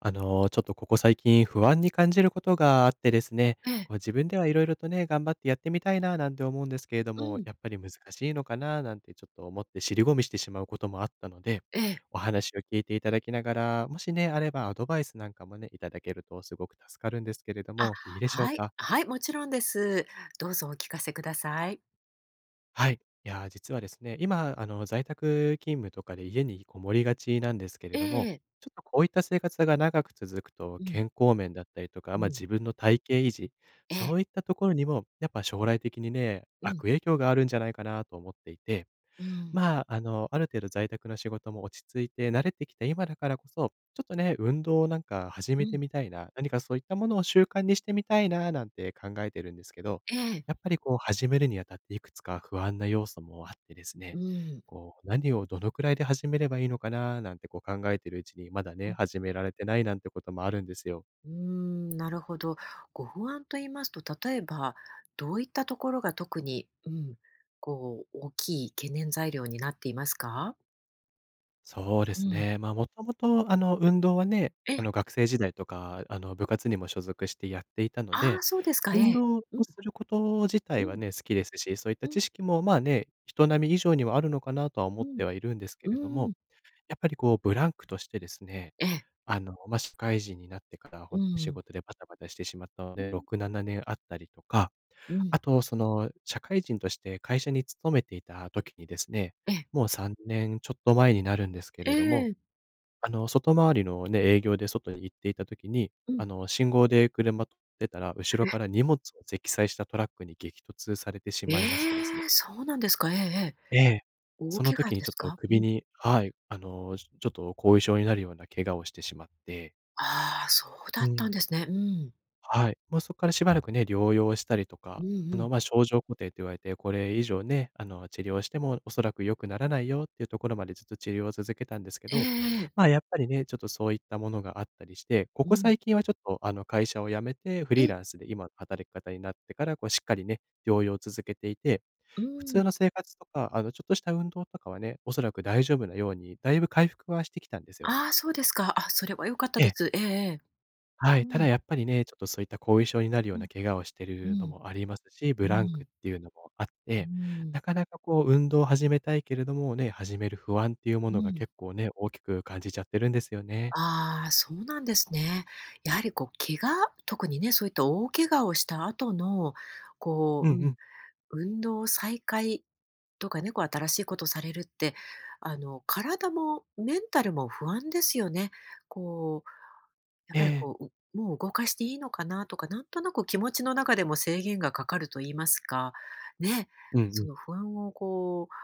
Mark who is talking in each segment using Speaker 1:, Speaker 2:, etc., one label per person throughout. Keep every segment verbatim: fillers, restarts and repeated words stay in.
Speaker 1: あの、ちょっとここ最近不安に感じることがあってですね、
Speaker 2: ええ、
Speaker 1: こう自分ではいろいろとね、頑張ってやってみたいななんて思うんですけれど
Speaker 2: う
Speaker 1: も、
Speaker 2: ん、
Speaker 1: やっぱり難しいのかななんてちょっと思って尻込みしてしまうこともあったので、
Speaker 2: ええ。
Speaker 1: お話を聞いていただきながら、もしね、あればアドバイスなんかもね、いただけるとすごく助かるんですけれど
Speaker 2: あ、
Speaker 1: も、いいでしょう
Speaker 2: はい、
Speaker 1: か？
Speaker 2: はい、もちろんです。どうぞお聞かせください。
Speaker 1: はい。いやー、実はですね、今、あの、在宅勤務とかで家にこもりがちなんですけ
Speaker 2: え
Speaker 1: れども、
Speaker 2: え、
Speaker 1: ちょっとこういった生活が長く続くと、
Speaker 2: うん、
Speaker 1: 健康面だったりとか、
Speaker 2: う
Speaker 1: ま、
Speaker 2: ん、
Speaker 1: 自分の体型維持、
Speaker 2: え
Speaker 1: そ
Speaker 2: え、
Speaker 1: ういったところにも、やっぱ将来的にね、
Speaker 2: う
Speaker 1: 悪
Speaker 2: ん、
Speaker 1: 影響があるんじゃないかなと思っていて。
Speaker 2: うん、
Speaker 1: まあ、あの、ある程度在宅の仕事も落ち着いて慣れてきた今だからこそ、ちょっとね、運動をなんか始
Speaker 2: う
Speaker 1: め
Speaker 2: ん、
Speaker 1: てみたいな、何かそういったものを習慣にしてみたいななんて考えてるんですけど、
Speaker 2: ええ、
Speaker 1: やっぱりこう始めるにあたっていくつか不安な要素もあってです
Speaker 2: う
Speaker 1: ね、
Speaker 2: ん、
Speaker 1: こう何をどのくらいで始めればいいのかななんてこう考えてるうちに、まだ
Speaker 2: う
Speaker 1: ね、
Speaker 2: ん、
Speaker 1: 始められてないなんてこともあるんですよ。
Speaker 2: うーん、なるほど。ご不安と言いますと、例えば、どういったところが特に、うん、こう、大きい懸念材料になっていますか？
Speaker 1: そうで
Speaker 2: う
Speaker 1: す
Speaker 2: ん、
Speaker 1: ね。まあ、もともと、あの、運動はね、あ
Speaker 2: え
Speaker 1: の、学生時代とか、あの、部活にも所属してやっていたの
Speaker 2: ああ、
Speaker 1: で、
Speaker 2: そうですか、え
Speaker 1: 運
Speaker 2: え。
Speaker 1: 動を
Speaker 2: うん、
Speaker 1: すること自体
Speaker 2: う
Speaker 1: は
Speaker 2: ん、
Speaker 1: ね、好きですし、そういった
Speaker 2: うん、
Speaker 1: 知識も、まあね、人並み以上にはあるのかなとは思
Speaker 2: う
Speaker 1: っ
Speaker 2: ん、
Speaker 1: てはいるんですけれど
Speaker 2: う
Speaker 1: も、
Speaker 2: ん、
Speaker 1: やっぱりこう、ブランクとしてですね、
Speaker 2: ええ、
Speaker 1: あの、まあ、社会人になってから、ほ
Speaker 2: う
Speaker 1: んと仕
Speaker 2: ん、
Speaker 1: 事でバタバタしてしまったの
Speaker 2: う
Speaker 1: で、
Speaker 2: ん、
Speaker 1: ろく、ななねんあったりとか、
Speaker 2: うん、
Speaker 1: あと、その、社会人として会社に勤めていた時にですね、
Speaker 2: ええ、
Speaker 1: もうさんねんちょっと前になるんですけ
Speaker 2: え
Speaker 1: れども、
Speaker 2: え、
Speaker 1: あの、外回りのね、営業で外に行っていた時に、
Speaker 2: うん。
Speaker 1: あの、信号で車とってたら、後ろから荷物を積載したトラックに激突されてし
Speaker 2: え
Speaker 1: まいましてですね。
Speaker 2: え、そうなんですか。ええええ。
Speaker 1: ええ。
Speaker 2: 大
Speaker 1: その
Speaker 2: 怪我
Speaker 1: 時に
Speaker 2: です
Speaker 1: ちょっと
Speaker 2: か？う
Speaker 1: 首
Speaker 2: ん。
Speaker 1: にはい、あの、ちょっと後遺症になるような怪我をしてしまって。
Speaker 2: ああ、そうだ
Speaker 1: う
Speaker 2: ったん
Speaker 1: ん。
Speaker 2: ですね。うん。
Speaker 1: はい。もうそこからしばらくね、療養したりと
Speaker 2: う
Speaker 1: か、
Speaker 2: んう
Speaker 1: あ
Speaker 2: ん。
Speaker 1: の、まあ、症状固定と言われて、これ以上ね、あの、治療してもおそらく良くならないよっていうところまでずっと治療を続けたんですけ
Speaker 2: ええ
Speaker 1: ど、
Speaker 2: え
Speaker 1: ま
Speaker 2: え。
Speaker 1: あ、やっぱりね、ちょっとそういったものがあったりして、こ
Speaker 2: う
Speaker 1: こ
Speaker 2: ん。
Speaker 1: 最近はちょっと、あの、会社を辞めてフ
Speaker 2: え、
Speaker 1: リーランスで今の働き方になってから、こうしっかりね、療養を続けていて、
Speaker 2: う
Speaker 1: 普
Speaker 2: ー
Speaker 1: 通
Speaker 2: ん。
Speaker 1: の生活とか、あの、ちょっとした運動とかはね、おそらく大丈夫なように、だいぶ回復はしてきたんですよ。
Speaker 2: ああ、そうですか。あ、それは良かった
Speaker 1: え
Speaker 2: で
Speaker 1: え。
Speaker 2: す。ええええ。
Speaker 1: は
Speaker 2: う
Speaker 1: い、ただ
Speaker 2: ん、
Speaker 1: やっぱりね、ちょっとそういった後遺症になるよ
Speaker 2: う
Speaker 1: う
Speaker 2: ん、
Speaker 1: な怪我をして
Speaker 2: う
Speaker 1: るの
Speaker 2: ん、
Speaker 1: もありますし、
Speaker 2: う
Speaker 1: ブランクっ
Speaker 2: ん、
Speaker 1: ていうのもあっ
Speaker 2: うー
Speaker 1: て、
Speaker 2: ん、
Speaker 1: なかなかこう運動を始めたいけれどもね、始める不安っていうも
Speaker 2: う
Speaker 1: のが
Speaker 2: ん。
Speaker 1: 結構ね、大きく感じちゃってるんですよね。
Speaker 2: ああ、そうなんですね。やはりこう怪我特にね、そういった大怪我をした後の、こ
Speaker 1: うんう
Speaker 2: ううん、
Speaker 1: ん。
Speaker 2: 運動を再開とかね、こう新しいことされるって、あの、体もメンタルも不安ですよね。こう、やっ
Speaker 1: え
Speaker 2: ぱり
Speaker 1: え。
Speaker 2: こう、うもう動かしていいのかなとか、なんとなく気持ちの中でも制限がかかると言いますか、ね、
Speaker 1: うんう
Speaker 2: そ
Speaker 1: ん。
Speaker 2: の不安をこう、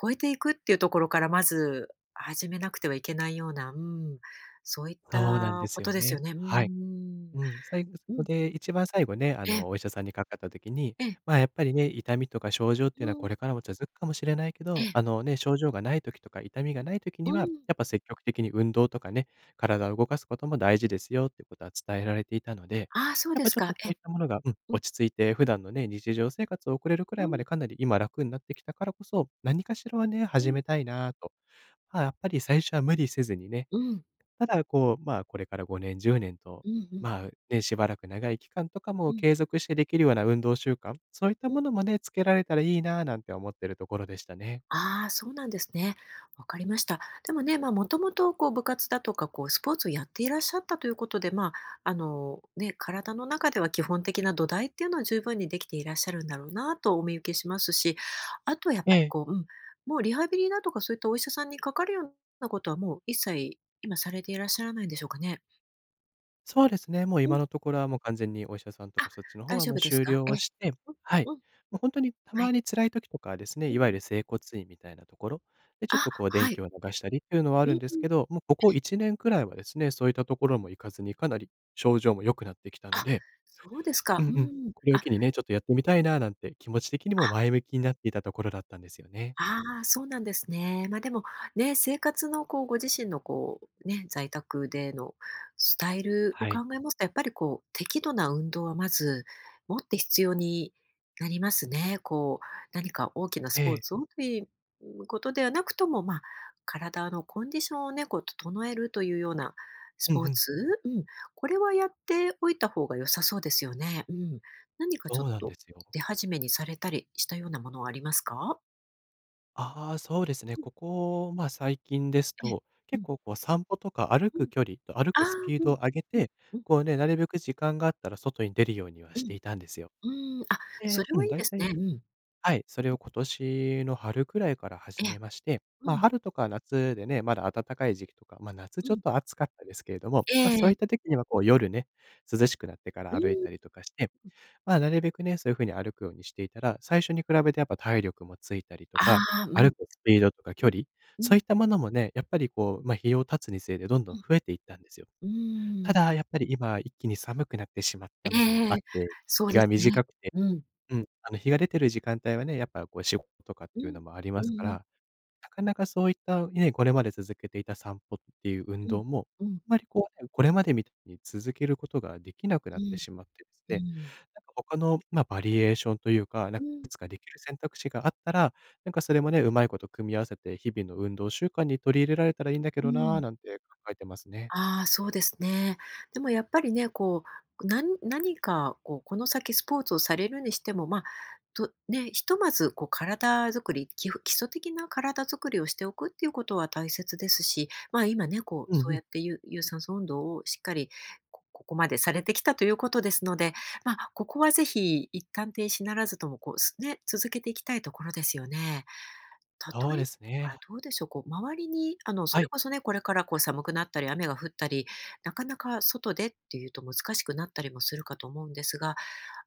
Speaker 2: 超えていくっていうところからまず始めなくてはいけないような、うん、そういっ
Speaker 1: そうなんで
Speaker 2: たこ
Speaker 1: すよ
Speaker 2: とですよ
Speaker 1: ね。
Speaker 2: ね。う
Speaker 1: はい。
Speaker 2: ん。
Speaker 1: うん、最後そ
Speaker 2: う
Speaker 1: こ
Speaker 2: ん。
Speaker 1: で、一番最後ね、あ
Speaker 2: ええ、
Speaker 1: の、お医者さんにかかった時に、
Speaker 2: ええ、
Speaker 1: まあ、やっぱりね、痛みとか症状ってい
Speaker 2: う
Speaker 1: うのはこ
Speaker 2: ん、
Speaker 1: れからも続くかもしれないけ
Speaker 2: え
Speaker 1: ど、
Speaker 2: え、
Speaker 1: あのね、症状がない時とか痛みがない時に
Speaker 2: う
Speaker 1: は、
Speaker 2: ん。
Speaker 1: やっぱ積極的に運動とかね、体を動かすことも大事ですよっていうことは伝えられていたので、
Speaker 2: ああ、そう
Speaker 1: やっ
Speaker 2: で
Speaker 1: ぱ
Speaker 2: す
Speaker 1: ちょっと
Speaker 2: か。
Speaker 1: そ
Speaker 2: え
Speaker 1: うい
Speaker 2: え、
Speaker 1: ったものが、うん、
Speaker 2: うん、
Speaker 1: 落ち着いて普段のね、日常生活を送れるくら
Speaker 2: う
Speaker 1: いま
Speaker 2: ん。
Speaker 1: でかなり今楽になってきたからこそ、何かしらはね、
Speaker 2: う
Speaker 1: 始
Speaker 2: ん、
Speaker 1: めたいなぁと。まあ、やっぱり最初は無理せずにね、
Speaker 2: うん、
Speaker 1: ただ、こう、まあ、これからごねん、じゅうねんと、
Speaker 2: うん、うん、
Speaker 1: まあ、ね、しばらく長い期間とか
Speaker 2: う
Speaker 1: も
Speaker 2: ん、
Speaker 1: 継続してできるような運動習慣、そういった
Speaker 2: う
Speaker 1: も
Speaker 2: ん。
Speaker 1: のもね、つけられたらいいななんて思ってるところでしたね。
Speaker 2: ああ、そうなんですね。わかりました。でもね、まあ、もともとこう部活だとか、こうスポーツをやっていらっしゃったということで、まあ、あの、ね、体の中では基本的な土台っていうのは十分にできていらっしゃるんだろうなとお見受けしますし、あとはやっ
Speaker 1: え
Speaker 2: ぱり
Speaker 1: え。
Speaker 2: こう、うん、もうリハビリだとかそういったお医者さんにかかるようなことはもう一切今されていらっしゃらないんでしょうかね。
Speaker 1: そうですね、もう
Speaker 2: うん。
Speaker 1: 今のところはもう完全にお医者さんと
Speaker 2: あ、
Speaker 1: かそっちの方
Speaker 2: 大
Speaker 1: は
Speaker 2: 丈
Speaker 1: もう
Speaker 2: 夫です
Speaker 1: 終
Speaker 2: か？
Speaker 1: 了
Speaker 2: え
Speaker 1: をして、
Speaker 2: うん、
Speaker 1: はい。
Speaker 2: うん、
Speaker 1: もう本当にた
Speaker 2: はい。
Speaker 1: まに辛い時とかはですね、
Speaker 2: う
Speaker 1: いわゆ
Speaker 2: ん。
Speaker 1: る整骨院みたいなところで、ちょっ
Speaker 2: あ、
Speaker 1: とこう
Speaker 2: は
Speaker 1: 電気
Speaker 2: い。
Speaker 1: を流したりっていうのはあ
Speaker 2: う
Speaker 1: るんです
Speaker 2: ん。
Speaker 1: けど、もうここいちねんくらいはですね、そういったところも行かずにかなり症状も良くなってきたの
Speaker 2: あ、
Speaker 1: で、
Speaker 2: そうです
Speaker 1: う
Speaker 2: か。
Speaker 1: ん
Speaker 2: う
Speaker 1: うん。
Speaker 2: ん。
Speaker 1: これを
Speaker 2: あ、
Speaker 1: 機にね、ちょっとやってみたいななんて気持ち的にも
Speaker 2: あ、
Speaker 1: 前向きになっていたところだったんですよね。
Speaker 2: ああ、そうなんですね。ま、でも、ね、生活のこう、ご自身のこう、ね、在宅でのスタイルを
Speaker 1: は
Speaker 2: 考
Speaker 1: い。
Speaker 2: えますと、やっぱりこう、適度な運動はまず、持って必要になりますね。こう、何か大きなス
Speaker 1: え
Speaker 2: ポー
Speaker 1: え。
Speaker 2: ツをという、ことではなくとも、ま、体のコンディションをね、こう整えるというようなス
Speaker 1: うん
Speaker 2: ポー
Speaker 1: うん。
Speaker 2: ツ、うん、これはやっておいた方が良さそうですよね。うん。何かちょ
Speaker 1: そ
Speaker 2: っ
Speaker 1: うなん
Speaker 2: と、
Speaker 1: ですよ。
Speaker 2: 出始めにされたりしたようなものはありますか？
Speaker 1: ああ、そうですね。ここ、ま、最近です
Speaker 2: え
Speaker 1: と、
Speaker 2: え、う
Speaker 1: 結
Speaker 2: ん、
Speaker 1: 構こう散歩とか歩
Speaker 2: う
Speaker 1: く
Speaker 2: ん。
Speaker 1: 距離と歩
Speaker 2: あ
Speaker 1: く
Speaker 2: あ、
Speaker 1: スピー
Speaker 2: う
Speaker 1: ド
Speaker 2: ん、
Speaker 1: を上げ
Speaker 2: うん、
Speaker 1: て、
Speaker 2: うん、
Speaker 1: こうね、なるべく時間があったら外に出るようには
Speaker 2: う
Speaker 1: し
Speaker 2: ん、
Speaker 1: ていたんですよ。
Speaker 2: うーん、あ、そ
Speaker 1: で、
Speaker 2: れ
Speaker 1: う
Speaker 2: は
Speaker 1: ん、
Speaker 2: いい
Speaker 1: だ
Speaker 2: で
Speaker 1: い
Speaker 2: す
Speaker 1: た
Speaker 2: ね。
Speaker 1: い
Speaker 2: うん。
Speaker 1: はい、それを今年の春くらいから
Speaker 2: え
Speaker 1: 始
Speaker 2: え、
Speaker 1: めまして、
Speaker 2: う
Speaker 1: まあ、
Speaker 2: ん、
Speaker 1: 春とか夏でね、まだ暖かい時期とか、まあ、夏
Speaker 2: う
Speaker 1: ちょっ
Speaker 2: ん、
Speaker 1: と暑かったですけれども、
Speaker 2: え
Speaker 1: まあ、そういっ
Speaker 2: え、
Speaker 1: た時にはこう夜ね、涼しくなってか
Speaker 2: う
Speaker 1: ら歩い
Speaker 2: ん、
Speaker 1: たりとかして、まあ、なるべくね、そういう風に歩くようにしていたら、最初に比べてやっぱ体力もついたりと
Speaker 2: あ
Speaker 1: か、
Speaker 2: あ、う
Speaker 1: 歩
Speaker 2: ん、
Speaker 1: くスピードとか
Speaker 2: う
Speaker 1: 距
Speaker 2: ん、
Speaker 1: 離、
Speaker 2: う
Speaker 1: そ
Speaker 2: ん、
Speaker 1: ういったものもね、やっぱりこう、まあ、日を経つにつれてどんど
Speaker 2: う
Speaker 1: ん
Speaker 2: ん、
Speaker 1: 増えていったんですよ。
Speaker 2: うー
Speaker 1: た
Speaker 2: ん。
Speaker 1: だやっぱり今一気に寒くなってしまっ
Speaker 2: え
Speaker 1: たのも
Speaker 2: え
Speaker 1: あっ
Speaker 2: え、
Speaker 1: て、
Speaker 2: そう
Speaker 1: 日
Speaker 2: で
Speaker 1: が
Speaker 2: すね。
Speaker 1: 短くて
Speaker 2: うん、
Speaker 1: うん、あの、日が出てる時間帯はね、やっぱこう仕事とかっ
Speaker 2: う
Speaker 1: ていう
Speaker 2: ん、
Speaker 1: のもありま
Speaker 2: う
Speaker 1: すか
Speaker 2: ん
Speaker 1: ら、
Speaker 2: うん、
Speaker 1: なかなかそういったね、これまで続けていた散歩っていう運
Speaker 2: うん、
Speaker 1: 動も、
Speaker 2: うん、うん、
Speaker 1: あんまりこうね、これまでみたいに続けることができなく
Speaker 2: う
Speaker 1: なって
Speaker 2: ん、
Speaker 1: しまってですね、なんか他の、まあ、バリエーションというか、なん
Speaker 2: う
Speaker 1: かい
Speaker 2: ん、
Speaker 1: くつかできる選択肢があったら、なんかそれもね、うまいこと組み合わせて日々の運動習慣に取り入れられたらいいんだけ
Speaker 2: う
Speaker 1: どなぁ、
Speaker 2: ん。
Speaker 1: なんて考えてますね。
Speaker 2: ああ、そうですね。でもやっぱりね、こう、な何かこう、この先スポーツをされるにしても、まあ、とね、ひとまずこう体づくり、基本基礎的な体づくりをしておくっていうことは大切ですし、まあ、今ね、こう、
Speaker 1: うんう
Speaker 2: そうや
Speaker 1: ん、
Speaker 2: って有有酸素運動をしっかりこここまでされてきたということですので、まあ、ここはぜひ一旦停止ならずともこう、すね、続けていきたいところですよね。
Speaker 1: そう
Speaker 2: 例え
Speaker 1: です
Speaker 2: ば
Speaker 1: ね。
Speaker 2: どうでしょう、こう周りにあの、そ
Speaker 1: は
Speaker 2: れ
Speaker 1: い、
Speaker 2: こそね、これからこう寒くなったり雨が降ったり、なかなか外でっていうと難しくなったりもするかと思うんですが、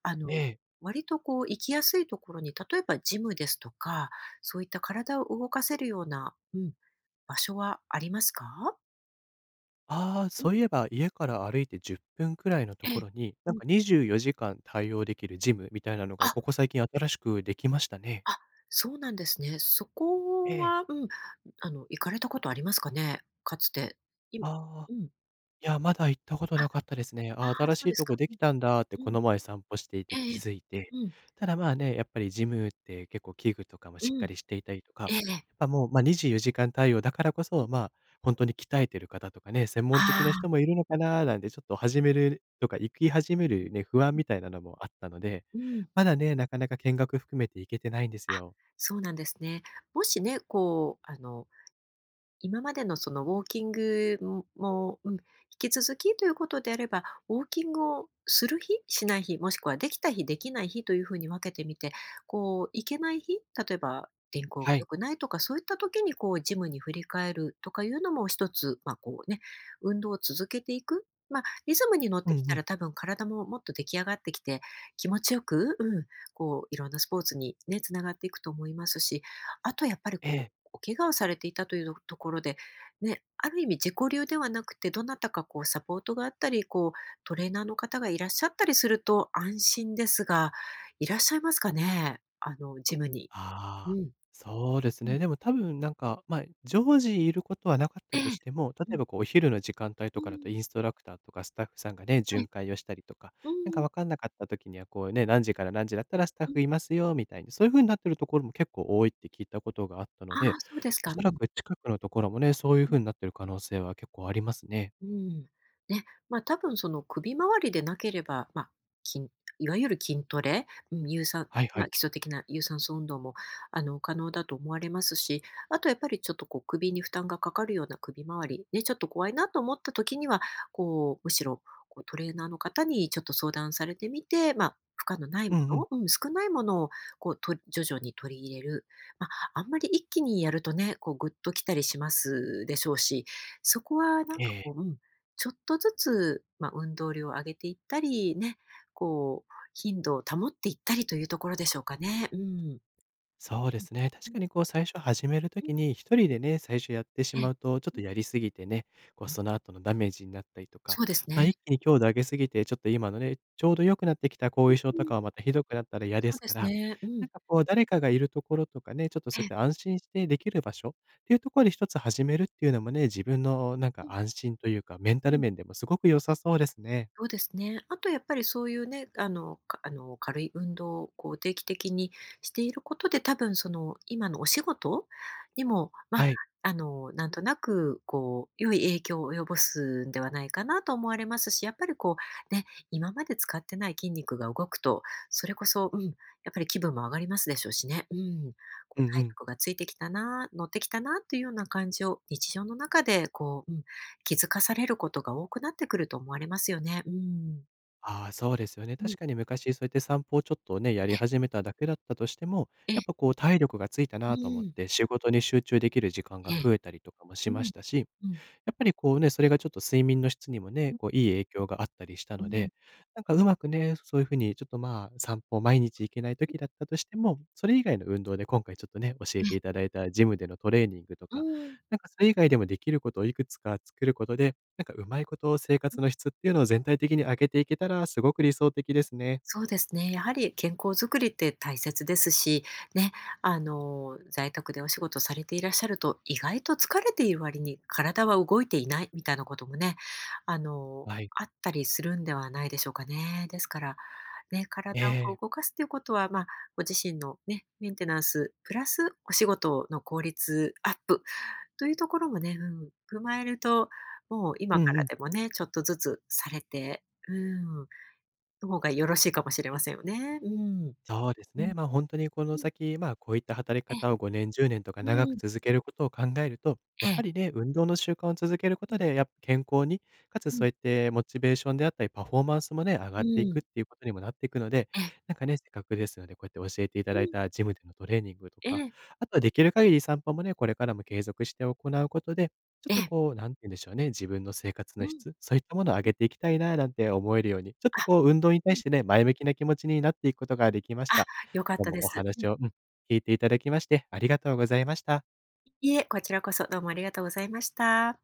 Speaker 2: あの、
Speaker 1: ええ。
Speaker 2: 割とこう行きやすいところに、例えばジムですとか、そういった体を動かせるような、うん、場所はありますか？
Speaker 1: ああ、
Speaker 2: うん、
Speaker 1: そういえば家から歩いてじゅっぷんくらいのと
Speaker 2: え
Speaker 1: こ
Speaker 2: え。
Speaker 1: ろに、な
Speaker 2: う
Speaker 1: ん
Speaker 2: ん。
Speaker 1: かにじゅうよじかん対応できるジムみたいなのが
Speaker 2: あ、
Speaker 1: ここ最近新しくできましたね。
Speaker 2: あ、そうなんですね。そ
Speaker 1: え
Speaker 2: こ
Speaker 1: え。
Speaker 2: は、うん、あの、行かれたことありますかね？かつて。いう
Speaker 1: あ、
Speaker 2: ん。
Speaker 1: いや、まだ行ったこと
Speaker 2: あ、あ
Speaker 1: なかったですね。
Speaker 2: あ
Speaker 1: あ、新
Speaker 2: そう
Speaker 1: しい
Speaker 2: です
Speaker 1: と
Speaker 2: か。
Speaker 1: こで
Speaker 2: う
Speaker 1: き
Speaker 2: ん、
Speaker 1: たんだってこ
Speaker 2: うん。
Speaker 1: の前散歩していて気
Speaker 2: ええ
Speaker 1: づいて。
Speaker 2: うん、
Speaker 1: ただ、まあね、やっぱりジムって結構器具とかもしっか
Speaker 2: う
Speaker 1: りしていたりとか、や
Speaker 2: ん。ええ
Speaker 1: っぱもう、ま、にじゅうよじかん対応だからこそ、まあ、本当に鍛えてる方とかね、専門的
Speaker 2: あ
Speaker 1: な人もい
Speaker 2: あ、
Speaker 1: るのかななんてちょっと始めるとか、行き始めるね、不安みたいなのもあったので、
Speaker 2: うん。
Speaker 1: まだね、なかなか見学含めて行けてないんで
Speaker 2: あ、
Speaker 1: すよ。
Speaker 2: そうなんですね。もしね、こう、あの、今までのそのウォーキングもうん、引き続きということであれば、ウォーキングをする日、しない日、もしくはできた日、できない日というふうに分けてみて、こう、行けない日、例えば天候が
Speaker 1: は
Speaker 2: 良
Speaker 1: い。
Speaker 2: くないとか、そういった時にこう、ジムに振り返るとかいうのも一つ、まあこうね、運動を続けていく。まあ、リズムに乗っ
Speaker 1: う
Speaker 2: てき
Speaker 1: んう
Speaker 2: た
Speaker 1: ん。
Speaker 2: ら多分体ももっと出来上がってきて、気持ちよく、うん、こう、いろんなスポーツにね、つながっていくと思いますし、あとやっぱり
Speaker 1: え
Speaker 2: こう、
Speaker 1: え。
Speaker 2: お怪我をされていたというところで、ね、ある意味自己流ではなくて、どなたかこうサポートがあったり、こうトレーナーの方がいらっしゃったりすると安心ですが、いらっしゃいますかね？あのジムに。
Speaker 1: あ
Speaker 2: うん。
Speaker 1: あ、そうです
Speaker 2: うん。
Speaker 1: ね。でも多分なんか、まあ、常時いることはなかっ
Speaker 2: え
Speaker 1: たと
Speaker 2: え。
Speaker 1: しても、例
Speaker 2: う
Speaker 1: え
Speaker 2: ん。
Speaker 1: ばこうお昼の時間帯
Speaker 2: う
Speaker 1: と
Speaker 2: ー
Speaker 1: かだと
Speaker 2: ん。
Speaker 1: インストラクターとかスタッフさんがね、
Speaker 2: ええ。
Speaker 1: 巡回をしたりとか、
Speaker 2: う
Speaker 1: なん
Speaker 2: んう
Speaker 1: か
Speaker 2: ん。
Speaker 1: 分かんなかった時にはこうね、何時から何時だった
Speaker 2: うんうんええ
Speaker 1: らスタッ
Speaker 2: うんう
Speaker 1: フい
Speaker 2: ん
Speaker 1: ますよみたいに、そういう風になってるところも結構多いって聞いたことがあったの
Speaker 2: あ
Speaker 1: で、
Speaker 2: あ、そうです
Speaker 1: お
Speaker 2: か。う
Speaker 1: そら
Speaker 2: ん。
Speaker 1: く近くのところもね、そういう風になってる可能性は結構ありますね。
Speaker 2: うん。ね、まあ、多分その首周りでなければ、まあ、筋いわゆる筋トレ、うん、有酸
Speaker 1: はいは
Speaker 2: まあ、
Speaker 1: い。
Speaker 2: 基礎的な有酸素運動も、あの、可能だと思われますし、あとやっぱりちょっとこう首に負担がかかるような首周り、ね、ちょっと怖いなと思った時には、こう、むしろこうトレーナーの方にちょっと相談されてみて、まあ、負荷のないも
Speaker 1: うんうん。
Speaker 2: の、うん、少ないものをこうと徐々に取り入れる。まあ、あんまり一気にやるとね、こうぐっときたりしますでしょうし、そこはなんか
Speaker 1: え
Speaker 2: こ
Speaker 1: ええ、
Speaker 2: う、うん、ちょっとずつ、まあ、運動量を上げていったり、ね、こう、頻度を保っていったりというところでしょうかね。うん。うん。
Speaker 1: そうですね。
Speaker 2: う
Speaker 1: 確
Speaker 2: ん。
Speaker 1: かにこう最初始めると
Speaker 2: うん。
Speaker 1: きに、一人でね、最初やってし
Speaker 2: ええ。
Speaker 1: まうと、ちょっ
Speaker 2: う
Speaker 1: と
Speaker 2: ん。
Speaker 1: やりすぎてね、こ
Speaker 2: う
Speaker 1: う
Speaker 2: ん。
Speaker 1: その後のダメージになったりとか、
Speaker 2: そうですね。
Speaker 1: ま、一気に強度上げすぎて、ちょっと今のね、ちょうど良くなってきた後遺症
Speaker 2: う
Speaker 1: と
Speaker 2: ん、
Speaker 1: かはまたひどくなったら嫌
Speaker 2: そ
Speaker 1: で
Speaker 2: う
Speaker 1: す
Speaker 2: で
Speaker 1: か
Speaker 2: す
Speaker 1: ら、
Speaker 2: ね。う
Speaker 1: な
Speaker 2: ん。
Speaker 1: んかこう誰かがいるところとかね、ちょっとそ
Speaker 2: え
Speaker 1: う
Speaker 2: え。
Speaker 1: やって安心してできる場所っていうところで一つ始めるっていうのもね、自分のなん
Speaker 2: う
Speaker 1: か
Speaker 2: ん。
Speaker 1: 安心というか、メンタ
Speaker 2: う
Speaker 1: ル
Speaker 2: ん。
Speaker 1: 面でもすごく良さそうですね。
Speaker 2: そうですね。あとやっぱりそういうね、あの、かあの、軽い運動をこう定期的にしていることで、多分その今のお仕事にも、まあ、
Speaker 1: はい。
Speaker 2: あの、なんとなくこう良い影響を及ぼすんではないかなと思われますし、やっぱりこうね、今まで使ってない筋肉が動くと、それこそ、うん、やっぱり気分も上がりますでしょうしね。うん、こ
Speaker 1: う
Speaker 2: う
Speaker 1: んう
Speaker 2: 体
Speaker 1: ん。
Speaker 2: 力がついてきたな、乗ってきたなというような感じを日常の中でこう、うん、気づかされることが多くなってくると思われますよね。うん。
Speaker 1: ああ、そうですよね。
Speaker 2: うん。
Speaker 1: 確かに昔そうやって散歩をちょっとね、やり始めただけだったとしても、
Speaker 2: ええ、
Speaker 1: やっぱこう体力がついた
Speaker 2: う
Speaker 1: なと思っ
Speaker 2: ん。
Speaker 1: て、仕事に集中できる時間
Speaker 2: え
Speaker 1: が
Speaker 2: え。
Speaker 1: 増えたりとかもし
Speaker 2: う
Speaker 1: ま
Speaker 2: ん。
Speaker 1: したし、
Speaker 2: うん。
Speaker 1: やっぱりこうね、それがちょっと睡眠の質にもね、
Speaker 2: うん。
Speaker 1: こういい影響があったりした
Speaker 2: う
Speaker 1: の
Speaker 2: ん。
Speaker 1: で、なんかうまくね、そういう風にちょっと、まあ、散歩毎日
Speaker 2: うん。
Speaker 1: 行けない時だったとしても、それ以外の運動で今回ちょっとね、教え
Speaker 2: ええ、
Speaker 1: ていただいたジムでのトレーニングと
Speaker 2: う
Speaker 1: か、
Speaker 2: ん。
Speaker 1: なんかそれ以外でもできることをいくつか作ることで、なんかうまいこと生活の質っていうのを全体的に上げていけたらすごく理想的ですね。
Speaker 2: そうですね。やはり健康づくりって大切ですし、ね、あの、在宅でお仕事されていらっしゃると、意外と疲れている割に体は動いていないみたいなこともね、あの、
Speaker 1: はい。
Speaker 2: あったりするんではないでしょうかね。ですから、ね、体
Speaker 1: え
Speaker 2: をこう
Speaker 1: え。
Speaker 2: 動かすということは、まあ、ご自身のね、メンテナンス、プラスお仕事の効率アップというところもね、うん、踏まえると、もう今
Speaker 1: う
Speaker 2: か
Speaker 1: んう
Speaker 2: ら
Speaker 1: ん。
Speaker 2: でもね、ちょっとずつされて、うんの方がよろしいかもしれませんよね。うん。
Speaker 1: そうです
Speaker 2: うん、
Speaker 1: ね。ま、あ本当にこの
Speaker 2: うん、
Speaker 1: 先、まあ、こういった働き
Speaker 2: ええ、
Speaker 1: 方をごねん、じゅうねんとか
Speaker 2: う
Speaker 1: 長く
Speaker 2: ん、
Speaker 1: 続けることを考えると、や
Speaker 2: え
Speaker 1: っぱ
Speaker 2: え、
Speaker 1: りね、運動の習慣を続けるこ
Speaker 2: う
Speaker 1: と
Speaker 2: ん、
Speaker 1: で、やっぱ健康に、かつ
Speaker 2: うん、
Speaker 1: そうやってモチベーションであったり、パフォーマンスもね、上が
Speaker 2: う
Speaker 1: ってい
Speaker 2: ん、
Speaker 1: くっていうことにもなっていくので、
Speaker 2: ええ、
Speaker 1: なんかね、せっかくですので、こうやって教えていた
Speaker 2: う
Speaker 1: だい
Speaker 2: ん、
Speaker 1: たジムでのトレーニングと
Speaker 2: え
Speaker 1: か、
Speaker 2: え、
Speaker 1: あとはできる限り散歩もね、これからも継続して行うことで、ちょっ
Speaker 2: え
Speaker 1: と
Speaker 2: え、
Speaker 1: こう、なんて言うんでしょうね、自分の生活
Speaker 2: う
Speaker 1: の
Speaker 2: ん、
Speaker 1: 質、そういったものを上
Speaker 2: うん、
Speaker 1: げていきたいななんて思えるように、ちょっと
Speaker 2: あ、
Speaker 1: こう運動に
Speaker 2: う
Speaker 1: 対
Speaker 2: ん、
Speaker 1: してね、前向きな気持ちになっていくことができまし
Speaker 2: あ、
Speaker 1: た。
Speaker 2: 良かっ
Speaker 1: どう
Speaker 2: たで
Speaker 1: もお
Speaker 2: す。う
Speaker 1: 話
Speaker 2: ん。
Speaker 1: を、うん、聞いていただきまして、ありがとうございました。
Speaker 2: いえ、こちらこそどうもありがとうございました。